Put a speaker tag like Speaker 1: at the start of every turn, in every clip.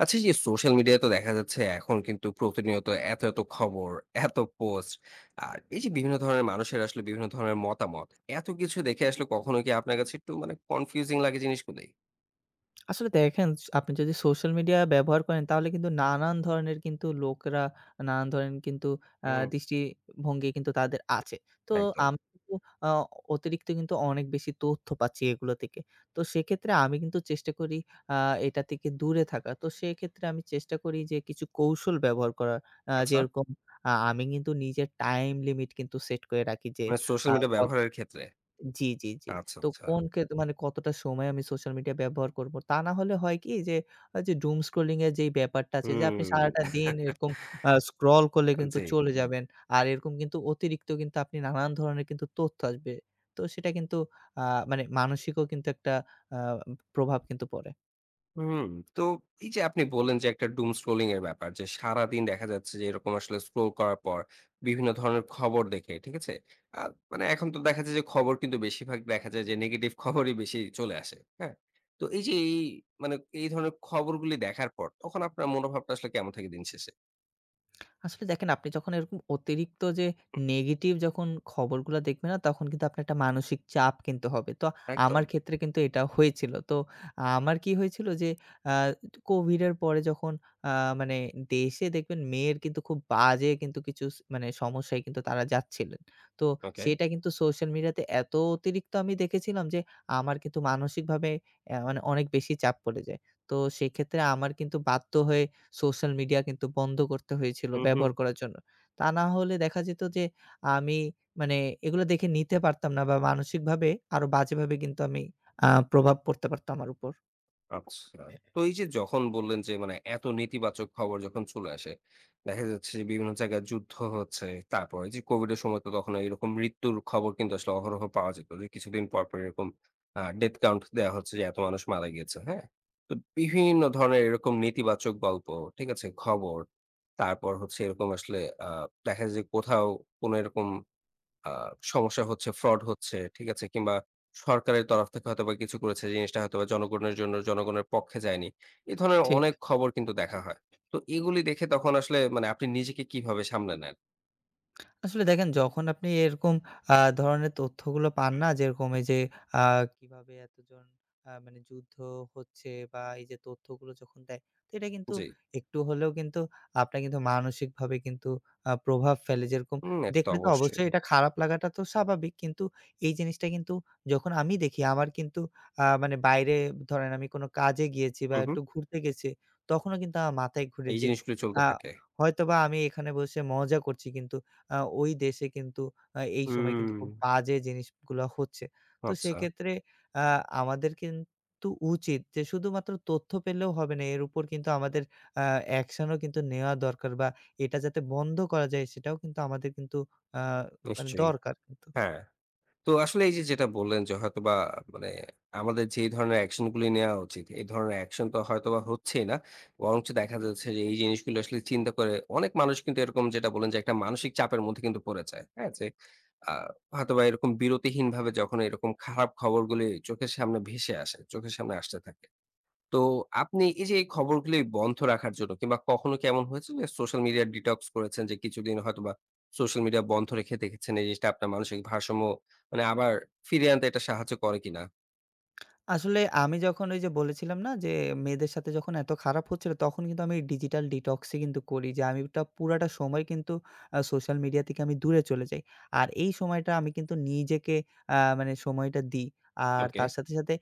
Speaker 1: আচ্ছা এই যে সোশ্যাল মিডিয়ায় তো দেখা যাচ্ছে এখন কিন্তু প্রতিনিয়ত এত, এত খবর, এত পোস্ট আর এই যে বিভিন্ন ধরনের মানুষের আসলে বিভিন্ন ধরনের মতামত। এত কিছু দেখে আসলে কখনো কি আপনার কাছে একটু মানে কনফিউজিং লাগে জিনিসগুলি?
Speaker 2: আসলে দেখেন, আপনি যদি সোশ্যাল মিডিয়া ব্যবহার করেন, তাহলে কিন্তু নানান ধরনের কিন্তু লোকেরা নানান ধরনের কিন্তু
Speaker 1: হুম,
Speaker 2: দৃষ্টিভঙ্গি কিন্তু তাদের আছে। তো
Speaker 1: একদম।
Speaker 2: আমি কিন্তু আ অতিরিক্ত কিন্তু অনেক বেশি তথ্য পাচ্ছি এগুলো থেকে। তো সেক্ষেত্রে আমি কিন্তু চেষ্টা করি আ এটা থেকে দূরে থাকা। তো সেক্ষেত্রে আমি চেষ্টা করি যে কিছু কৌশল ব্যবহার করার।
Speaker 1: আচ্ছা,
Speaker 2: যেরকম আমি কিন্তু নিজের টাইম লিমিট কিন্তু সেট করে রাখি যে
Speaker 1: মানে
Speaker 2: আ
Speaker 1: সোশ্যাল মিডিয়া
Speaker 2: কত।
Speaker 1: ব্যবহারের ক্ষেত্রে।
Speaker 2: জি, জি, জি।
Speaker 1: আচ্ছা,
Speaker 2: তো
Speaker 1: আচ্ছা।
Speaker 2: কোন ক্ষেত্রে মানে কতটা সময় আমি সোশ্যাল মিডিয়া ব্যবহার করব। তা না হলে হয় কি যে, ওই যে doom scrolling এর যেই ব্যাপারটা আছে যে আপনি
Speaker 1: হুম,
Speaker 2: সারাটা দিন এরকম স্ক্রল করলে কিন্তু
Speaker 1: জি।
Speaker 2: চলে যাবেন। আর এরকম কিন্তু অতিরিক্ত কিন্তু আপনি নানান ধরনের কিন্তু তথ্য আসবে। তো সেটা কিন্তু আ মানে মানসিকও কিন্তু একটা আ প্রভাব কিন্তু পড়ে।
Speaker 1: হুম, তো এই যে আপনি বললেন যে একটা doom scrolling এর ব্যাপার যে সারাদিন দেখা যাচ্ছে যে এরকম আসলে স্ক্রল করার পর বিভিন্ন ধরনের খবর দেখে, ঠিক আছে? আ মানে এখন তো দেখা যায় যে খবর কিন্তু বেশিরভাগ দেখা যায় যে নেগেটিভ খবরই বেশি চলে আসে, হ্যাঁ? তো এই যে মানে এই ধরনের খবরগুলি দেখার পর তখন আপনার মনোভাবটা আসলে কেমন থাকে দিন শেষে?
Speaker 2: আসলে দেখেন, আপনি যখন এরকম অতিরিক্ত যে নেগেটিভ যখন খবরগুলো দেখবে না, তখন কিন্তু আপনার একটা মানসিক চাপ কিন্তু হবে। তো আমার
Speaker 1: একদম।
Speaker 2: ক্ষেত্রে কিন্তু এটা হয়েছিল। তো আমার কি হয়েছিল যে আ কোভিডের পরে যখন আ মানে দেশে দেখবেন মেয়ের কিন্তু খুব বাজে কিন্তু কিছু মানে সমস্যায় কিন্তু তারা যাচ্ছিলেন। তো
Speaker 1: ওকে।
Speaker 2: সেটা কিন্তু সোশ্যাল মিডিয়াতে এত অতিরিক্ত আমি দেখেছিলাম যে আমার কিন্তু মানসিকভাবে মানে অনেক বেশি চাপ পড়ে যায়। তো সেক্ষেত্রে আমার কিন্তু বাধ্য হয়ে সোশ্যাল মিডিয়া কিন্তু বন্ধ করতে হয়েছিল
Speaker 1: হুম, হুম।
Speaker 2: ব্যবহার করার জন্য। তা না হলে দেখা যেত যে আমি মানে এগুলো দেখে নিতে পারতাম না, বা মানসিকভাবে আরো বাজেভাবে কিন্তু আমি প্রভাব পড়তে পারত আমার উপর।
Speaker 1: আচ্ছা। তো এই যে যখন বললেন যে মানে এত নেতিবাচক খবর যখন চলে আসে, দেখা যাচ্ছে যে বিভিন্ন জায়গায় যুদ্ধ হচ্ছে। তারপর এই যে কোভিড এর সময় তো তখন এরকম মৃত্যুর খবর কিন্তু আসলে অহরহ পাওয়া যেত। যে কিছুদিন পর, পর এরকম ডেথ কাউন্ট দেয়া হচ্ছে যে এত মানুষ মারা গিয়েছে। হ্যাঁ? তো বিভিন্ন ধরনের এরকম নেতিবাচক গল্প, ঠিক আছে? খবর। তারপর হচ্ছে এরকম আসলে আ দেখা যায় যে কোথাও কোনো এরকম আ সমস্যা হচ্ছে, ফ্রড হচ্ছে, ঠিক আছে? কিংবা সরকারের তরফ থেকে হয়তোবা কিছু করেছে, জিনিসটা হয়তোবা জনগণের জন্য জনগণের পক্ষে যায়নি। এ ধরনের
Speaker 2: ঠিক।
Speaker 1: অনেক খবর কিন্তু দেখা হয়। তো এগুলি দেখে তখন আসলে মানে আপনি নিজেকে কিভাবে সামলে নেন?
Speaker 2: আসলে দেখেন, যখন আপনি এরকম আ ধরনের তথ্যগুলো পান
Speaker 1: হুম।
Speaker 2: না, যেরকম এই যে আ কিভাবে এতজন মানে যুদ্ধ হচ্ছে বা এই যে তথ্যগুলো যখন দেয়, তো এটা কিন্তু
Speaker 1: জি।
Speaker 2: একটু হলেও কিন্তু আপনার কিন্তু মানসিকভাবে কিন্তু প্রভাব ফেলে। যেরকম
Speaker 1: হুম, এটা তো
Speaker 2: দেখলে তো
Speaker 1: অবশ্যই।
Speaker 2: অবশ্যই এটা খারাপ লাগাটা তো স্বাভাবিক। কিন্তু এই জিনিসটা কিন্তু যখন আমি দেখি, আমার কিন্তু মানে বাইরে ধরেন আমি কোনো কাজে গিয়েছি বা
Speaker 1: হু, হু।
Speaker 2: একটু ঘুরতে গেছি, তখনও কিন্তু আমার মাথায় ঘুরে
Speaker 1: এই
Speaker 2: যে
Speaker 1: জিনিসগুলি চলতে
Speaker 2: আ
Speaker 1: থাকে।
Speaker 2: হয়তোবা আমি এখানে বসে মজা করছি, কিন্তু আ ওই দেশে কিন্তু এই সময়
Speaker 1: হুম,
Speaker 2: কিন্তু খুব বাজে জিনিসগুলো হচ্ছে। তো
Speaker 1: আচ্ছা,
Speaker 2: সেক্ষেত্রে আ আমাদের কিন্তু উচিত যে শুধুমাত্র তথ্য পেলেও হবে না। এর উপর কিন্তু আমাদের আ অ্যাকশনও কিন্তু নেওয়া দরকার, বা এটা যাতে বন্ধ করা যায় সেটাও কিন্তু আমাদের কিন্তু আ মানে
Speaker 1: নিশ্চয়ই।
Speaker 2: দরকার কিন্তু।
Speaker 1: হ্যাঁ। তো আসলে এই যে যেটা বললেন যে হয়তোবা মানে আমাদের যে এই ধরনের অ্যাকশন গুলি নেওয়া উচিত এই ধরনের অ্যাকশন তো হয়তোবা হচ্ছেই না বরঞ্চ দেখা যাচ্ছে যে এই জিনিসগুলো আসলে চিন্তা করে অনেক মানুষ কিন্তু এরকম যেটা বলেন যে একটা মানসিক চাপের মধ্যে কিন্তু পড়ে যায় হ্যাঁ যে আহ, হয়তোবা এরকম বিরতিহীন ভাবে যখন এরকম খারাপ খবরগুলি চোখের সামনে ভেসে আসে চোখের সামনে আসতে থাকে তো আপনি এই যে এই খবরগুলি বন্ধ রাখার জন্য কিংবা কখনো কি এমন হয়েছে যে সোশ্যাল মিডিয়া ডিটক্স করেছেন যে কিছুদিন হয়তোবা সোশ্যাল মিডিয়া বন্ধ রেখে দেখেছেন এই জিনিসটা আপনার মানসিক ভারসাম্য মানে আবার ফিরিয়ে আনতে এটা সাহায্য করে কিনা?
Speaker 2: আসলে আমি যখন ওই যে বলেছিলাম না, যে মেয়েদের সাথে যখন এত খারাপ হচ্ছিল, তখন কিন্তু আমি ডিজিটাল ডিটক্সই কিন্তু করি যে আমি ওটা পুরাটা সময় কিন্তু সোশ্যাল মিডিয়া থেকে আমি দূরে চলে যাই। আর এই সময়টা আমি কিন্তু নিজেকে মানে সময়টা দিই। আর
Speaker 1: ওকে।
Speaker 2: তার সাথে, সাথে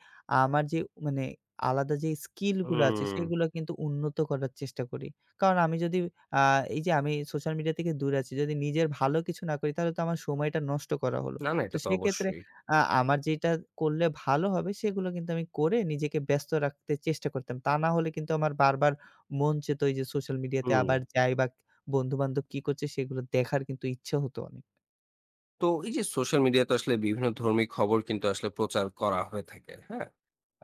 Speaker 2: আমার যে মানে আলাদা যে স্কিলগুলো আছে
Speaker 1: হুম।
Speaker 2: সেগুলো কিন্তু উন্নত করার চেষ্টা করি। কারণ আমি যদি আ এই যে আমি সোশ্যাল মিডিয়া থেকে দূরে আছি, যদি নিজের ভালো কিছু না করি, তাহলে তো আমার সময়টা নষ্ট করা হলো।
Speaker 1: না, না
Speaker 2: তো
Speaker 1: এটা তো
Speaker 2: সেক্ষেত্রে
Speaker 1: অবশ্যই।
Speaker 2: আ আমার যেটা করলে ভালো হবে সেগুলো কিন্তু আমি করে নিজেকে ব্যস্ত রাখতে চেষ্টা করতাম। তা না হলে কিন্তু আমার বারবার মন চেত এই যে সোশ্যাল মিডিয়াতে
Speaker 1: হুম।
Speaker 2: আবার যাই, বা বন্ধু-বান্ধব কি করছে সেগুলো দেখার কিন্তু ইচ্ছে হতো অনেক।
Speaker 1: তো এই যে সোশ্যাল মিডিয়াতে আসলে বিভিন্ন ধর্মী খবর কিন্তু আসলে প্রচার করা হয়ে থাকে হ্যাঁ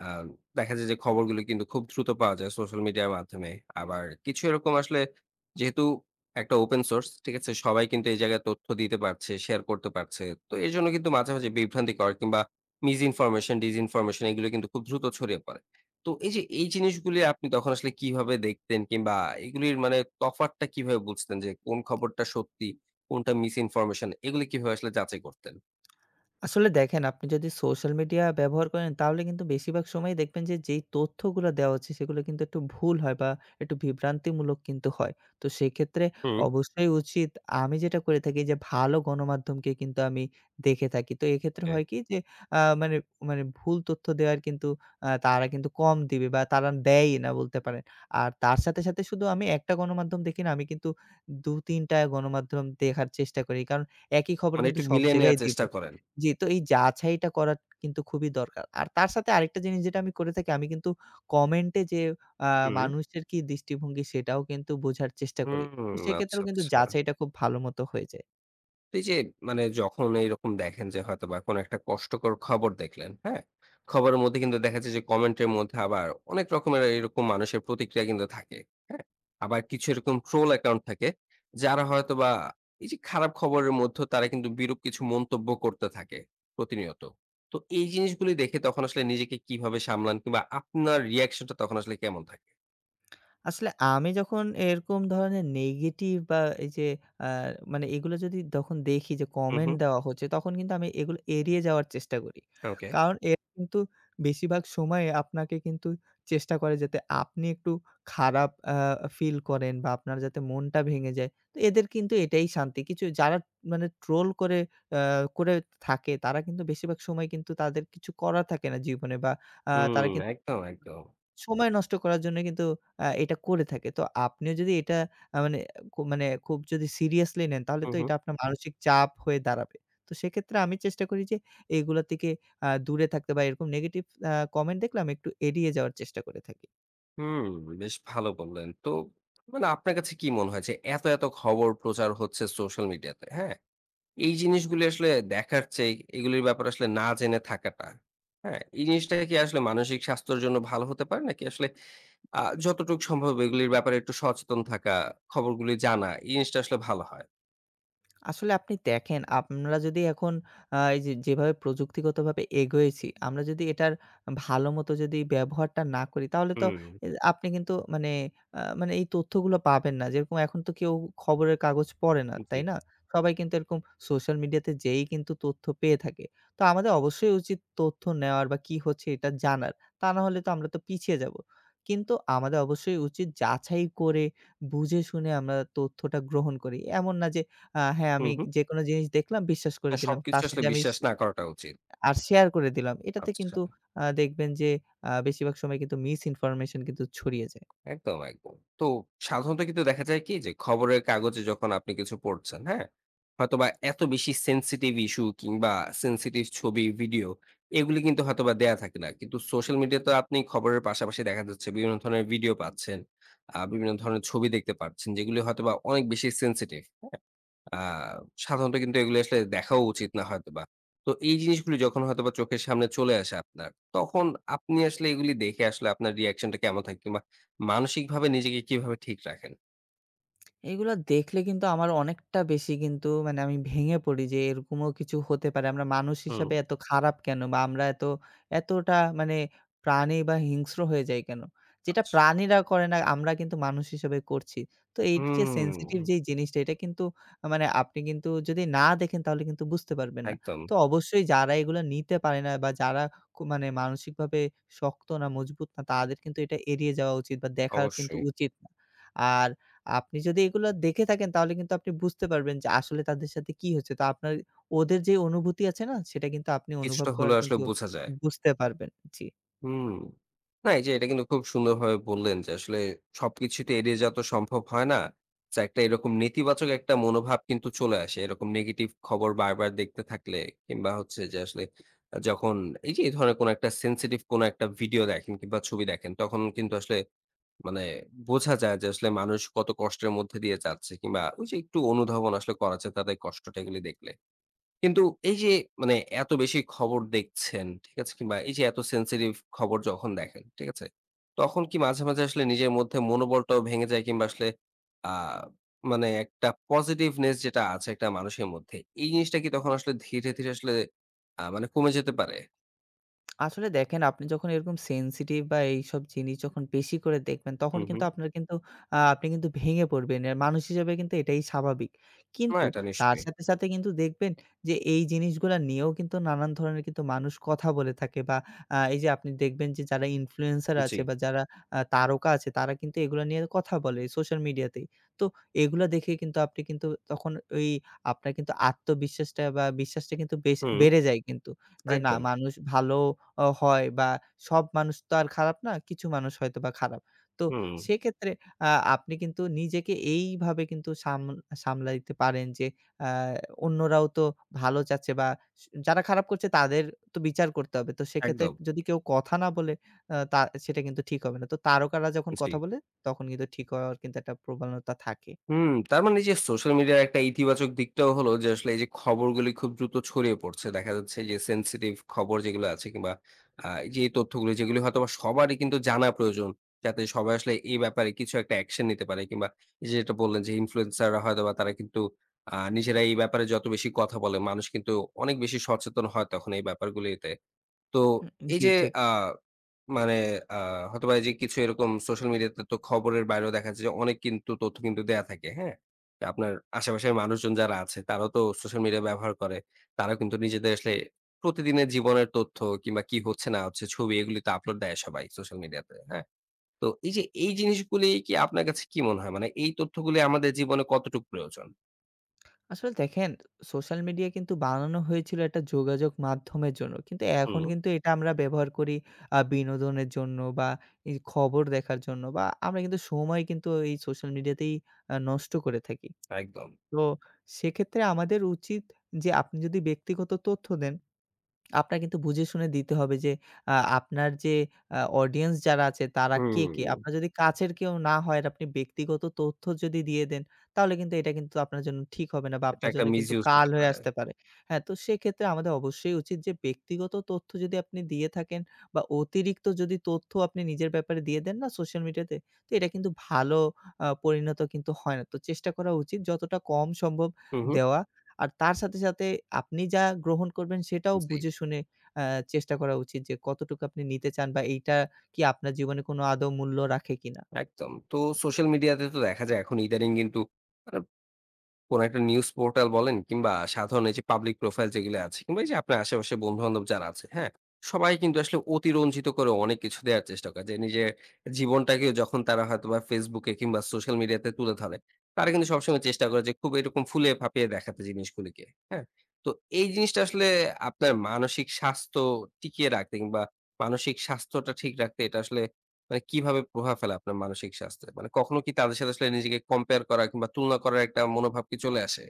Speaker 1: আহ, দেখা যায় যে খবরগুলো কিন্তু খুব দ্রুত পাওয়া যায় সোশ্যাল মিডিয়ার মাধ্যমে আবার কিছু এরকম আসলে যেহেতু একটা ওপেন সোর্স ঠিক আছে সবাই কিন্তু এই জায়গায় তথ্য দিতে পারছে শেয়ার করতে পারছে তো এর জন্য কিন্তু মাঝে মাঝে বিভ্রান্তিকর কিংবা মিস ইনফরমেশন ডিসইনফরমেশন এগুলো কিন্তু খুব দ্রুত ছড়িয়ে পড়ে তো এই যে এই জিনিসগুলি আপনি তখন আসলে কিভাবে দেখতেন কিংবা এগুলির মানে তফাৎটা কিভাবে বুঝতেন যে কোন খবরটা সত্যি কোনটা মিস ইনফরমেশন এগুলি কিভাবে আসলে যাচাই করতেন?
Speaker 2: আসলে দেখেন, আপনি যদি সোশ্যাল মিডিয়া ব্যবহার করেন, তাহলে কিন্তু বেশিরভাগ সময় দেখবেন যে যেই তথ্যগুলো দেওয়া হচ্ছে সেগুলো কিন্তু একটু ভুল হয়, বা একটু বিভ্রান্তিমূলক কিন্তু হয়। তো সেক্ষেত্রে
Speaker 1: হুম।
Speaker 2: অবশ্যই উচিত, আমি যেটা করে থাকি যে ভালো গণমাধ্যমকে কিন্তু আমি দেখে থাকি। তো এক্ষেত্রে
Speaker 1: ওকে।
Speaker 2: হয় কি যে মানে মানে ভুল তথ্য দেওয়ার কিন্তু তারা কিন্তু কম দিবে, বা তারা দেয়ই না বলতে পারেন। আর তার সাথে, সাথে শুধু আমি একটা গণমাধ্যম দেখি না, আমি কিন্তু ২-৩ টা গণমাধ্যম দেখার চেষ্টা করি। কারণ একই খবর
Speaker 1: মানে
Speaker 2: কিন্তু
Speaker 1: একটু
Speaker 2: সব
Speaker 1: মিলিয়ে
Speaker 2: জায়গায়
Speaker 1: নেয়ার চেষ্টা
Speaker 2: দিবে।
Speaker 1: করেন।
Speaker 2: জি, তো এই যাচাইটা করা কিন্তু খুবই দরকার। আর তার সাথে আরেকটা জিনিস যেটা আমি করে থাকি, আমি কিন্তু কমেন্টে যে আ
Speaker 1: হুম।
Speaker 2: মানুষের কি দৃষ্টিভঙ্গি সেটাও কিন্তু বোঝার চেষ্টা করি। তো
Speaker 1: হুম, আচ্ছা,
Speaker 2: সেক্ষেত্রেও কিন্তু
Speaker 1: আচ্ছা।
Speaker 2: যাচাইটা খুব ভালো মতো হয়ে যায়।
Speaker 1: এই যে মানে যখন এইরকম দেখেন যে হয়তোবা কোনো একটা কষ্টকর খবর দেখলেন, হ্যাঁ? খবরের মধ্যে কিন্তু দেখা যায় যে কমেন্টের মধ্যে আবার অনেক রকমের এরকম মানুষের প্রতিক্রিয়া কিন্তু থাকে, হ্যাঁ? আবার কিছু এরকম ট্রোল অ্যাকাউন্ট থাকে, যারা হয়তোবা এই যে খারাপ খবরের মধ্যেও তারা কিন্তু বিরূপ কিছু মন্তব্য করতে থাকে প্রতিনিয়ত। তো এই জিনিসগুলি দেখে তখন আসলে নিজেকে কিভাবে সামলান কিংবা আপনার রিঅ্যাকশন টা তখন আসলে কেমন থাকে?
Speaker 2: আসলে আমি যখন এরকম ধরনের নেগেটিভ, বা এই যে আ মানে এগুলো যদি যখন দেখি যে
Speaker 1: হু,
Speaker 2: কমেন্ট
Speaker 1: হু।
Speaker 2: দেওয়া হচ্ছে, তখন কিন্তু আমি এগুলো এড়িয়ে যাওয়ার চেষ্টা করি।
Speaker 1: ওকে।
Speaker 2: কারণ এরা কিন্তু বেশিরভাগ সময়ে আপনাকে কিন্তু চেষ্টা করে যাতে আপনি একটু খারাপ ফিল করেন, বা আপনার যাতে মনটা ভেঙে যায়। তো এদের কিন্তু এটাই শান্তি। কিছু যারা মানে ট্রোল আ করে থাকে, তারা কিন্তু বেশিরভাগ সময় কিন্তু তাদের কিছু করার থাকে না জীবনে, বা
Speaker 1: হুম,
Speaker 2: তারা কিন্তু
Speaker 1: একদম, একদম।
Speaker 2: সময় নষ্ট করার জন্য কিন্তু এটা করে থাকে। তো আপনিও যদি এটা মানে মানে খুব যদি সিরিয়াসলি নেন, তাহলে
Speaker 1: হু,
Speaker 2: তো
Speaker 1: হু।
Speaker 2: এটা আপনার মানসিক চাপ হয়ে দাঁড়াবে। তো সেক্ষেত্রে আমি চেষ্টা করি যে এগুলা থেকে দূরে থাকতে, বা এরকম নেগেটিভ কমেন্ট দেখলে আমি একটু এড়িয়ে যাওয়ার চেষ্টা করে থাকি।
Speaker 1: হুম, বেশ ভালো বললেন। তো মানে আপনার কাছে কি মনে হয় যে এত, এত খবর প্রচার হচ্ছে সোশ্যাল মিডিয়াতে, হ্যাঁ? এই জিনিসগুলি আসলে দেখার চেয়ে এগুলির ব্যাপারে আসলে না জেনে থাকাটা, হ্যাঁ? এই জিনিসটা কি আসলে মানসিক স্বাস্থ্যের জন্য ভালো হতে পারে? নাকি আসলে যতটুকু সম্ভব এগুলির ব্যাপারে একটু সচেতন থাকা, খবরগুলি জানা এই জিনিসটা আসলে ভালো হয়?
Speaker 2: আসলে আপনি দেখেন, আমরা যদি এখন এই যে যেভাবে প্রযুক্তিগতভাবে এগোয়েছি, আমরা যদি এটার ভালো মতো যদি ব্যবহারটা না করি, তাহলে তো
Speaker 1: হুম,
Speaker 2: আপনি কিন্তু মানে মানে এই তথ্যগুলো পাবেন না। যেরকম এখন তো কেউ খবরের কাগজ পড়ে না,
Speaker 1: জি।
Speaker 2: তাই না? সবাই কিন্তু এরকম সোশ্যাল মিডিয়াতে যেয়েই কিন্তু তথ্য পেয়ে থাকে। তো আমাদের অবশ্যই উচিত তথ্য নেওয়ার, বা কি হচ্ছে এটা জানার। তা না হলে তো আমরা তো পিছিয়ে যাবো। কিন্তু আমাদের অবশ্যই উচিত যাচাই করে, বুঝে শুনে আমরা তথ্যটা গ্রহণ করি। এমন না যে হ্যাঁ, আমি
Speaker 1: হুম, হুম।
Speaker 2: যেকোনো জিনিস দেখলাম বিশ্বাস করে
Speaker 1: না
Speaker 2: দিলাম।
Speaker 1: সবকিছু
Speaker 2: তার
Speaker 1: আসলে
Speaker 2: সাথে আমি
Speaker 1: বিশ্বাস না করাটা উচিত।
Speaker 2: আর শেয়ার করে দিলাম। এটাতে
Speaker 1: আচ্ছা।
Speaker 2: কিন্তু দেখবেন যে বেশিরভাগ সময় কিন্তু মিস ইনফরমেশন কিন্তু ছড়িয়ে যায়।
Speaker 1: একদম, একদম। তো সাধারণত কিন্তু দেখা যায় কি যে খবরের কাগজে যখন আপনি কিছু পড়ছেন, হ্যাঁ? হয়তোবা এত বেশি সেনসিটিভ ইস্যু কিংবা সেনসিটিভ ছবি, ভিডিও এগুলি কিন্তু হয়তোবা দেয়া থাকে না। কিন্তু সোশ্যাল মিডিয়াতে আপনি খবরের পাশাপাশি দেখা যাচ্ছে বিভিন্ন ধরনের ভিডিও পাচ্ছেন, বিভিন্ন ধরনের ছবি দেখতে পাচ্ছেন যেগুলি হয়তোবা অনেক বেশি সেনসিটিভ। আ সাধারণত কিন্তু এগুলো আসলে দেখাও উচিত না হয়তোবা। তো এই জিনিসগুলি যখন হয়তোবা চোখের সামনে চলে আসে আপনার, তখন আপনি আসলে এগুলি দেখে আসলে আপনার রিঅ্যাকশন টা কেমন থাকে? কিংবা মানসিকভাবে নিজেকে কিভাবে ঠিক রাখেন?
Speaker 2: এগুলা দেখলে কিন্তু আমার অনেকটা বেশি কিন্তু মানে আমি ভেঙে পড়ি যে এরকমও কিছু হতে পারে। আমরা মানুষ
Speaker 1: হুম।
Speaker 2: হিসাবে এত খারাপ কেন? বা আমরা এতটা মানে প্রাণী বা হিংস্র হয়ে যাই কেন? যেটা
Speaker 1: আচ্ছা।
Speaker 2: প্রাণীরা করে না, আমরা কিন্তু মানুষ হিসেবে করছি। তো এই যে
Speaker 1: হুম,
Speaker 2: সেনসিটিভ যেই জিনিসটা, এটা কিন্তু মানে আপনি কিন্তু যদি না দেখেন তাহলে কিন্তু বুঝতে পারবেন না।
Speaker 1: একদম।
Speaker 2: তো অবশ্যই যারা এগুলা নিতে পারে না, বা যারা মানে মানসিকভাবে শক্ত না, মজবুত না, তাদের কিন্তু এটা এড়িয়ে যাওয়া উচিত, বা দেখা কিন্তু
Speaker 1: অবশ্যই।
Speaker 2: উচিত না। আর আপনি যদি এগুলো দেখে থাকেন, তাহলে কিন্তু আপনি বুঝতে পারবেন যে আসলে তাদের সাথে কি হচ্ছে। তো আপনার ওদের যে অনুভূতি আছে না, সেটা কিন্তু আপনি অনুভব
Speaker 1: কিছুটা
Speaker 2: করার
Speaker 1: হলেও আসলে
Speaker 2: কিন্তু
Speaker 1: বোঝা যায়।
Speaker 2: বুঝতে পারবেন। জি।
Speaker 1: হুম। না এই যে এটা কিন্তু খুব সুন্দরভাবে বললেন যে আসলে সবকিছু তো এড়িয়ে যাওয়া তো সম্ভব হয় না। তো একটা এরকম নেতিবাচক একটা মনোভাব কিন্তু চলে আসে। এরকম নেগেটিভ খবর বারবার দেখতে থাকলে কিংবা হচ্ছে যে আসলে যখন এই যে এই ধরনের কোনো একটা sensitive কোনো একটা ভিডিও দেখেন কিংবা ছবি দেখেন তখন কিন্তু আসলে মানে বোঝা যায় যে আসলে মানুষ কত কষ্টের মধ্যে দিয়ে যাচ্ছে কিংবা ওই যে একটু অনুধাবন আসলে করা যায় তাদের কষ্টটা এগুলি দেখলে। কিন্তু এই যে মানে এত বেশি খবর দেখছেন, ঠিক আছে? কিংবা এই যে এত sensitive খবর যখন দেখেন, ঠিক আছে? তখন কি মাঝে, মাঝে আসলে নিজের মধ্যে মনোবলটাও ভেঙে যায় কিংবা আসলে আ মানে একটা পজিটিভনেস যেটা আছে একটা মানুষের মধ্যে, এই জিনিসটা কি তখন আসলে ধীরে, ধীরে আসলে মানে কমে যেতে পারে?
Speaker 2: আসলে দেখেন, আপনি যখন এরকম সেনসিটিভ বা এইসব জিনিস যখন বেশি করে দেখবেন, তখন
Speaker 1: হুম,
Speaker 2: কিন্তু
Speaker 1: হুম।
Speaker 2: আপনার কিন্তু আ আপনি কিন্তু ভেঙে পড়বেন। মানুষ হিসেবে কিন্তু এটাই স্বাভাবিক।
Speaker 1: না
Speaker 2: কিন্তু
Speaker 1: এটা
Speaker 2: তার
Speaker 1: নিশ্চয়ই।
Speaker 2: সাথে, সাথে কিন্তু দেখবেন যে এই জিনিসগুলা নিয়েও কিন্তু নানান ধরনের কিন্তু মানুষ কথা বলে থাকে, বা এই যে আপনি দেখবেন যে যারা ইনফ্লুয়েন্সার
Speaker 1: জি।
Speaker 2: আছে, বা যারা তারকা আছে, তারা কিন্তু এগুলা নিয়ে কথা বলে সোশ্যাল মিডিয়াতেই। তো এগুলা দেখে কিন্তু আপনি কিন্তু তখন ওই আপনার কিন্তু আত্মবিশ্বাসটা বা বিশ্বাসটা কিন্তু বেশ
Speaker 1: হুম,
Speaker 2: বেড়ে যায় কিন্তু। যে না,
Speaker 1: একদম।
Speaker 2: মানুষ ভালো হয়, বা সব মানুষ তো আর খারাপ না। কিছু মানুষ হয়তোবা খারাপ। তো
Speaker 1: হুম,
Speaker 2: সেক্ষেত্রে আ আপনি কিন্তু নিজেকে এইভাবে কিন্তু সামলাইতে পারেন যে আ অন্যরাও তো ভালো চাচ্ছে, বা যারা খারাপ করছে তাদের তো বিচার করতে হবে। তো সেক্ষেত্রে
Speaker 1: একদম।
Speaker 2: যদি কেউ কথা না বলে, আ তা সেটা কিন্তু ঠিক হবে না। তো তারকারা যখন
Speaker 1: জি।
Speaker 2: কথা বলে, তখন কিন্তু ঠিক হওয়ার কিন্তু একটা প্রবণতা থাকে।
Speaker 1: হুম, তার মানে এই যে সোশ্যাল মিডিয়ার একটা ইতিবাচক দিকটাও হলো যে আসলে এই যে খবরগুলি খুব দ্রুত ছড়িয়ে পড়ছে। দেখা যাচ্ছে যে সেনসিটিভ খবর যেগুলো আছে কিংবা এই যে এই তথ্যগুলো যেগুলো হয়তোবা সবারই কিন্তু জানা প্রয়োজন। যাতে সবাই আসলে এই ব্যাপারে কিছু একটা অ্যাকশন নিতে পারে কিংবা এই যে যেটা বললেন যে ইনফ্লুয়েন্সাররা হয়তোবা তারা কিন্তু নিজেরা এই ব্যাপারে যত বেশি কথা বলে মানুষ কিন্তু অনেক বেশি সচেতন হয় তখন এই ব্যাপারগুলিতে। তো এই
Speaker 2: জি,
Speaker 1: যে
Speaker 2: ঠিক।
Speaker 1: আ মানে আ হয়তোবা এই যে কিছু এরকম সোশ্যাল মিডিয়াতে তো খবরের বাইরেও দেখা যায় যে অনেক কিন্তু তথ্য কিন্তু দেয়া থাকে, হ্যাঁ? তো আপনার আশেপাশের মানুষজন যারা আছে তারাও তো সোশ্যাল মিডিয়া ব্যবহার করে। তারাও কিন্তু নিজেদের আসলে প্রতিদিনের জীবনের তথ্য কিংবা কি হচ্ছে না হচ্ছে ছবি এগুলি তো আপলোড দেয় সবাই সোশ্যাল মিডিয়াতে, হ্যাঁ? তো এই যে এই জিনিসগুলি কি আপনার কাছে কি মনে হয়? মানে এই তথ্যগুলি আমাদের জীবনে কতটুকু প্রয়োজন?
Speaker 2: আসলে দেখেন, সোশ্যাল মিডিয়া কিন্তু বানানো হয়েছিল একটা যোগাযোগ মাধ্যমের জন্য। কিন্তু এখন
Speaker 1: হুম,
Speaker 2: কিন্তু এটা আমরা ব্যবহার করি বিনোদনের জন্য, বা এই খবর দেখার জন্য, বা আমরা কিন্তু সময় কিন্তু এই সোশ্যাল মিডিয়াতেই নষ্ট করে থাকি।
Speaker 1: একদম।
Speaker 2: তো সেক্ষেত্রে আমাদের উচিত যে, আপনি যদি ব্যক্তিগত তথ্য দেন, আপনার কিন্তু বুঝে শুনে দিতে হবে যে আপনার যে অডিয়েন্স যারা আছে, তারা কে, কে?
Speaker 1: হুম,
Speaker 2: আপনার যদি কাছের কেউ না হয়, আর আপনি ব্যক্তিগত তথ্য যদি দিয়ে দেন, তাহলে কিন্তু এটা কিন্তু আপনার জন্য ঠিক হবে না, বা
Speaker 1: এটা
Speaker 2: আপনার
Speaker 1: একটা
Speaker 2: জন্য কিন্তু
Speaker 1: মিসইউজ
Speaker 2: কাল
Speaker 1: হতে
Speaker 2: হয়ে
Speaker 1: পারে।
Speaker 2: আসতে পারে। হ্যাঁ, তো সেক্ষেত্রে আমাদের অবশ্যই উচিত যে, ব্যক্তিগত তথ্য যদি আপনি দিয়ে থাকেন, বা অতিরিক্ত যদি তথ্য আপনি নিজের ব্যাপারে দিয়ে দেন না সোশ্যাল মিডিয়াতে, তো এটা কিন্তু ভালো পরিণত কিন্তু হয় না। তো চেষ্টা করা উচিত যতটা কম সম্ভব
Speaker 1: হু, হু,
Speaker 2: দেওয়া। আর তার সাথে, সাথে আপনি যা গ্রহণ করবেন সেটাও
Speaker 1: জি।
Speaker 2: বুঝে শুনে আ চেষ্টা করা উচিত যে কতটুকু আপনি নিতে চান, বা এইটা কি আপনার জীবনে কোনো আদৌ মূল্য রাখে কিনা?
Speaker 1: একদম। তো সোশ্যাল মিডিয়াতে তো দেখা যায় এখন ইদানিং কিন্তু মানে কোন একটা নিউজ পোর্টাল বলেন কিংবা সাধারণ এই যে পাবলিক প্রোফাইল যেগুলো আছে কিংবা এই যে আপনার আশেপাশে বন্ধু-বান্ধব যারা আছে, হ্যাঁ? সবাই কিন্তু আসলে অতিরঞ্জিত করে অনেক কিছু দেওয়ার চেষ্টা করে। যে নিজের জীবনটাকেও যখন তারা হয়তোবা Facebook এ কিংবা সোশ্যাল মিডিয়াতে তুলে ধরে, তারা কিন্তু সবসময় চেষ্টা করে যে খুব এরকম ফুলিয়ে ফাঁপিয়ে দেখাতে জিনিসগুলিকে, হ্যাঁ? তো এই জিনিসটা আসলে আপনার মানসিক স্বাস্থ্য টিকিয়ে রাখতে কিংবা মানসিক স্বাস্থ্যটা ঠিক রাখতে এটা আসলে মানে কিভাবে প্রভাব ফেলে আপনার মানসিক স্বাস্থ্যে? মানে কখনো কি তাদের সাথে আসলে নিজেকে কম্পেয়ার করা কিংবা তুলনা করার একটা মনোভাব কি চলে আসে?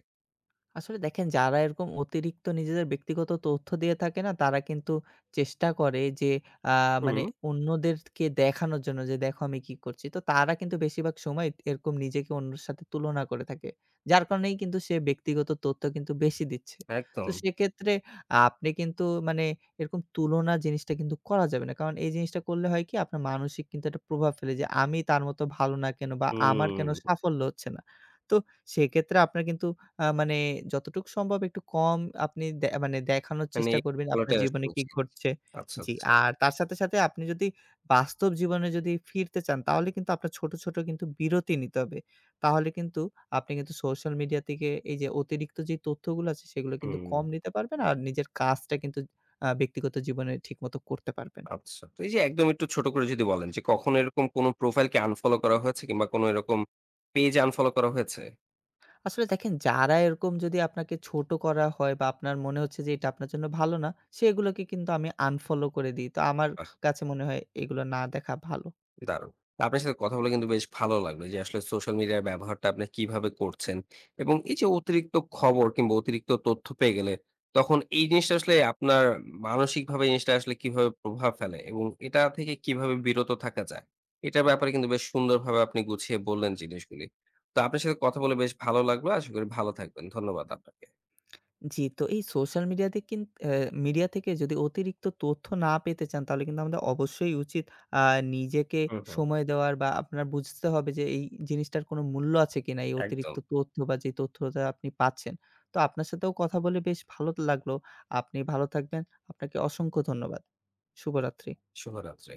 Speaker 2: আসলে দেখেন, যারা এরকম অতিরিক্ত নিজেদের ব্যক্তিগত তথ্য দিয়ে থাকে না, তারা কিন্তু চেষ্টা করে যে আ মানে
Speaker 1: হুম,
Speaker 2: অন্যদেরকে দেখানোর জন্য যে, "দেখো আমি কি করছি।" তো তারা কিন্তু বেশিরভাগ সময় এরকম নিজেকে অন্যের সাথে তুলনা করে থাকে। যার কারণেই কিন্তু সে ব্যক্তিগত তথ্য কিন্তু বেশি দিচ্ছে। তো
Speaker 1: একদম।
Speaker 2: সেক্ষেত্রে আপনি কিন্তু মানে এরকম তুলনা জিনিসটা কিন্তু করা যাবে না। কারণ এই জিনিসটা করলে হয় কি, আপনার মানসিক কিন্তু একটা প্রভাব ফেলে যে, "আমি তার মতো ভালো না কেন, বা আমার কেন
Speaker 1: হুম,
Speaker 2: সাফল্য হচ্ছে না?" তো সেক্ষেত্রে আপনার কিন্তু মানে যতটুকু সম্ভব একটু কম আপনি মানে দেখানোর
Speaker 1: মানে
Speaker 2: চেষ্টা
Speaker 1: এই
Speaker 2: করবেন আপনার
Speaker 1: চলাটাই আসলে
Speaker 2: জীবনে কি
Speaker 1: উচিত।
Speaker 2: ঘটছে।
Speaker 1: আচ্ছা,
Speaker 2: জি,
Speaker 1: আচ্ছা।
Speaker 2: আর তার সাথে, সাথে আপনি যদি বাস্তব জীবনে যদি ফিরতে চান, তাহলে কিন্তু আপনার ছোট, ছোট কিন্তু বিরতি নিতে হবে। তাহলে কিন্তু আপনি কিন্তু সোশ্যাল মিডিয়া থেকে এই যে অতিরিক্ত যে তথ্যগুলো আছে সেগুলো কিন্তু
Speaker 1: হুম,
Speaker 2: কম নিতে পারবেন, আর নিজের কাজটা কিন্তু ব্যক্তিগত জীবনে ঠিকমতো করতে পারবেন।
Speaker 1: আচ্ছা। তো এই যে একদম একটু ছোট করে যদি বলেন যে কখনো এরকম কোনো প্রোফাইল কে আনফলো করা হয়েছে কিংবা কোনো এরকম পেজ আনফলো করা হয়েছে?
Speaker 2: আসলে দেখেন, যারা এরকম যদি আপনাকে ছোট করা হয়, বা আপনার মনে হচ্ছে যে এটা আপনার জন্য ভালো না, সেগুলোকে কিন্তু আমি আনফলো করে দিই। তো আমার
Speaker 1: বাহ!
Speaker 2: কাছে মনে হয় এগুলো না দেখা ভালো।
Speaker 1: দারুণ। আপনার সাথে কথা বলে কিন্তু বেশ ভালো লাগলো যে আসলে সোশ্যাল মিডিয়ার ব্যবহারটা আপনি কিভাবে করছেন এবং এই যে অতিরিক্ত খবর কিংবা অতিরিক্ত তথ্য পেয়ে গেলে তখন এই জিনিসটা আসলে আপনার মানসিকভাবে এই জিনিসটা আসলে কিভাবে প্রভাব ফেলে এবং এটা থেকে কিভাবে বিরত থাকা যায় এটার ব্যাপারে কিন্তু বেশ সুন্দরভাবে আপনি গুছিয়ে বললেন জিনিসগুলি। তো আপনার সাথে কথা বলে বেশ ভালো লাগলো। আশা করি ভালো থাকবেন। ধন্যবাদ আপনাকে।
Speaker 2: জি, তো এই সোশ্যাল মিডিয়াতে কিন অ্যা মিডিয়া থেকে যদি অতিরিক্ত তথ্য না পেতে চান, তাহলে কিন্তু আমাদের অবশ্যই উচিত আ নিজেকে
Speaker 1: হুম, হুম।
Speaker 2: সময় দেওয়ার, বা আপনার বুঝতে হবে যে এই জিনিসটার কোনো মূল্য আছে কিনা, এই অতিরিক্ত
Speaker 1: একদম।
Speaker 2: তথ্য বা যে তথ্যটা আপনি পাচ্ছেন। তো আপনার সাথেও কথা বলে বেশ ভালো লাগলো। আপনি ভালো থাকবেন। আপনাকে অসংখ্য ধন্যবাদ। শুভরাত্রি।
Speaker 1: শুভরাত্রি।